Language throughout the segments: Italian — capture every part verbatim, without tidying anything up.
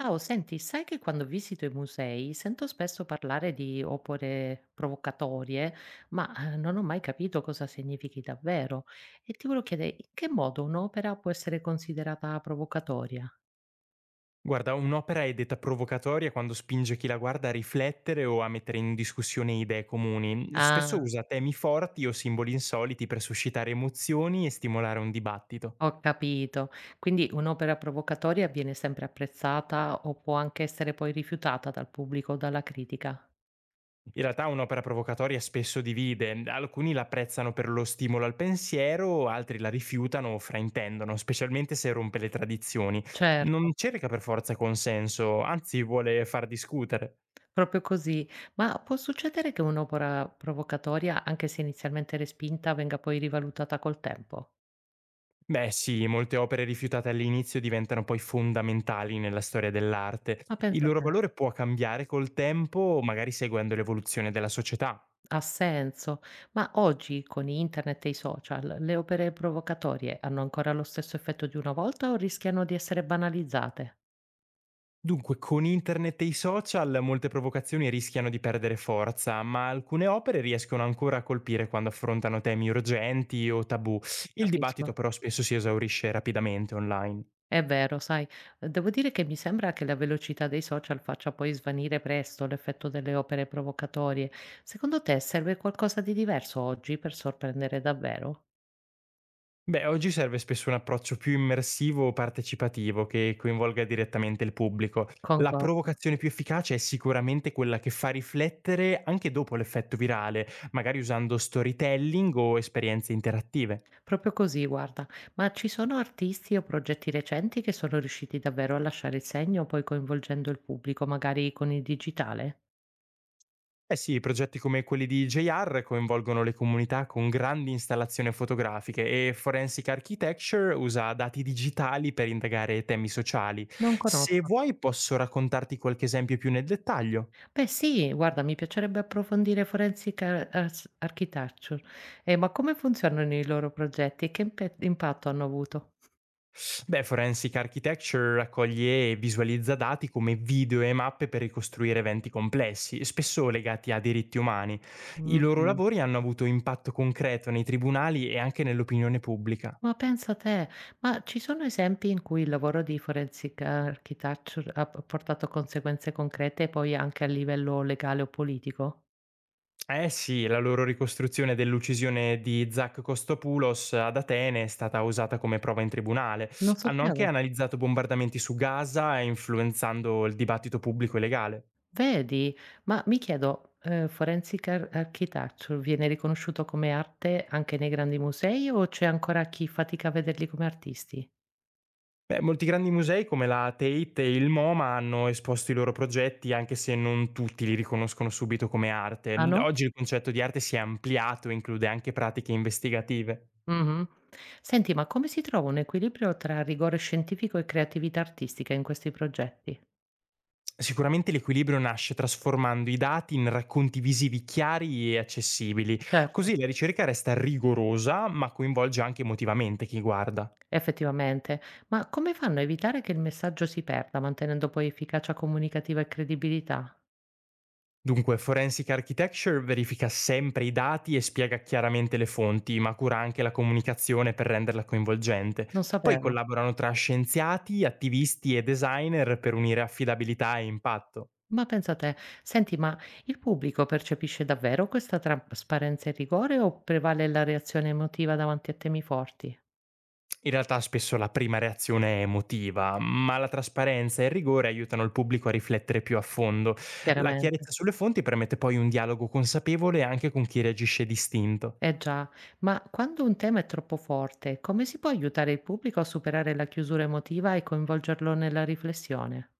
Ciao, senti, sai che quando visito i musei sento spesso parlare di opere provocatorie, ma eh, non ho mai capito cosa significhi davvero. E ti volevo chiedere in che modo un'opera può essere considerata provocatoria? Guarda, un'opera è detta provocatoria quando spinge chi la guarda a riflettere o a mettere in discussione idee comuni. Spesso Ah, usa temi forti o simboli insoliti per suscitare emozioni e stimolare un dibattito. ho capito. Quindi un'opera provocatoria viene sempre apprezzata o può anche essere poi rifiutata dal pubblico o dalla critica? In realtà un'opera provocatoria spesso divide, alcuni la apprezzano per lo stimolo al pensiero, altri la rifiutano o fraintendono, specialmente se rompe le tradizioni. Non Certo. cerca per forza consenso, anzi vuole far discutere. Proprio così. Ma può succedere che un'opera provocatoria, anche se inizialmente respinta, venga poi rivalutata col tempo? Beh sì, molte opere rifiutate all'inizio diventano poi fondamentali nella storia dell'arte. Ma Il pensa loro te, valore può cambiare col tempo, magari seguendo l'evoluzione della società. ha senso. Ma oggi, con internet e i social, le opere provocatorie hanno ancora lo stesso effetto di una volta o rischiano di essere banalizzate? Dunque, con internet e i social molte provocazioni rischiano di perdere forza, ma alcune opere riescono ancora a colpire quando affrontano temi urgenti o tabù. Il dibattito Capisco. però spesso si esaurisce rapidamente online. È vero, sai, devo dire che mi sembra che la velocità dei social faccia poi svanire presto l'effetto delle opere provocatorie. Secondo te serve qualcosa di diverso oggi per sorprendere davvero? Beh, oggi serve spesso un approccio più immersivo o partecipativo che coinvolga direttamente il pubblico. La Concordo. provocazione più efficace è sicuramente quella che fa riflettere anche dopo l'effetto virale, magari usando storytelling o esperienze interattive. Proprio così, guarda. Ma ci sono artisti o progetti recenti che sono riusciti davvero a lasciare il segno, poi coinvolgendo il pubblico, magari con il digitale? Eh sì, progetti come quelli di J R coinvolgono le comunità con grandi installazioni fotografiche e Forensic Architecture usa dati digitali per indagare temi sociali. Non Se conosco. vuoi posso raccontarti qualche esempio più nel dettaglio. Beh, sì, guarda, mi piacerebbe approfondire Forensic Ar- Ars- Architecture. Eh, ma come funzionano i loro progetti e che impe- impatto hanno avuto? Beh, Forensic Architecture raccoglie e visualizza dati come video e mappe per ricostruire eventi complessi, spesso legati a diritti umani. I loro Mm. lavori hanno avuto impatto concreto nei tribunali e anche nell'opinione pubblica. Ma pensa a te, ma ci sono esempi in cui il lavoro di Forensic Architecture ha p- portato conseguenze concrete poi anche a livello legale o politico? Eh sì, la loro ricostruzione dell'uccisione di Zach Kostopoulos ad Atene è stata usata come prova in tribunale. Non Hanno sapevo. anche analizzato bombardamenti su Gaza, influenzando il dibattito pubblico e legale. Vedi? Ma mi chiedo, ehm, Forensic Ar Architecture viene riconosciuto come arte anche nei grandi musei o c'è ancora chi fatica a vederli come artisti? Beh, molti grandi musei come la Tate e il MoMA hanno esposto i loro progetti anche se non tutti li riconoscono subito come Ah arte. no? Oggi il concetto di arte si è ampliato e include anche pratiche investigative. Mh-mh. Senti, ma come si trova un equilibrio tra rigore scientifico e creatività artistica in questi progetti? Sicuramente l'equilibrio nasce trasformando i dati in racconti visivi chiari e accessibili, Certo, così la ricerca resta rigorosa ma coinvolge anche emotivamente chi guarda. effettivamente. Ma come fanno a evitare che il messaggio si perda, mantenendo poi efficacia comunicativa e credibilità? Dunque, Forensic Architecture verifica sempre i dati e spiega chiaramente le fonti, ma cura anche la comunicazione per renderla coinvolgente. Non Poi sapevo. collaborano tra scienziati, attivisti e designer per unire affidabilità e impatto. Ma pensa te, senti, ma il pubblico percepisce davvero questa trasparenza e rigore o prevale la reazione emotiva davanti a temi forti? In realtà spesso la prima reazione è emotiva, ma la trasparenza e il rigore aiutano il pubblico a riflettere più a fondo. La Chiaramente. chiarezza sulle fonti permette poi un dialogo consapevole anche con chi reagisce distinto. Eh già, ma quando un tema è troppo forte, come si può aiutare il pubblico a superare la chiusura emotiva e coinvolgerlo nella riflessione?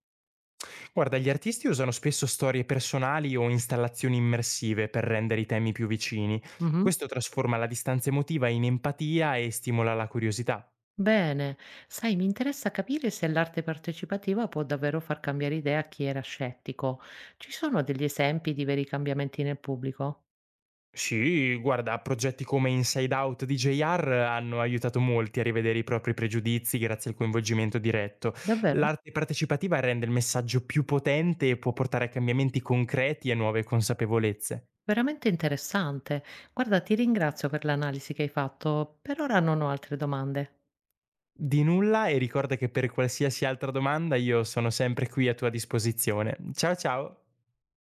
Guarda, gli artisti usano spesso storie personali o installazioni immersive per rendere i temi più vicini. Mhm. Questo trasforma la distanza emotiva in empatia e stimola la curiosità. Bene, sai, mi interessa capire se l'arte partecipativa può davvero far cambiare idea a chi era scettico. Ci sono degli esempi di veri cambiamenti nel pubblico? Sì, guarda, progetti come Inside Out di J R hanno aiutato molti a rivedere i propri pregiudizi grazie al coinvolgimento diretto. Davvero? L'arte partecipativa rende il messaggio più potente e può portare a cambiamenti concreti e nuove consapevolezze. Veramente interessante. Guarda, ti ringrazio per l'analisi che hai fatto. Per ora non ho altre domande. Di nulla e ricorda che per qualsiasi altra domanda io sono sempre qui a tua disposizione. Ciao ciao!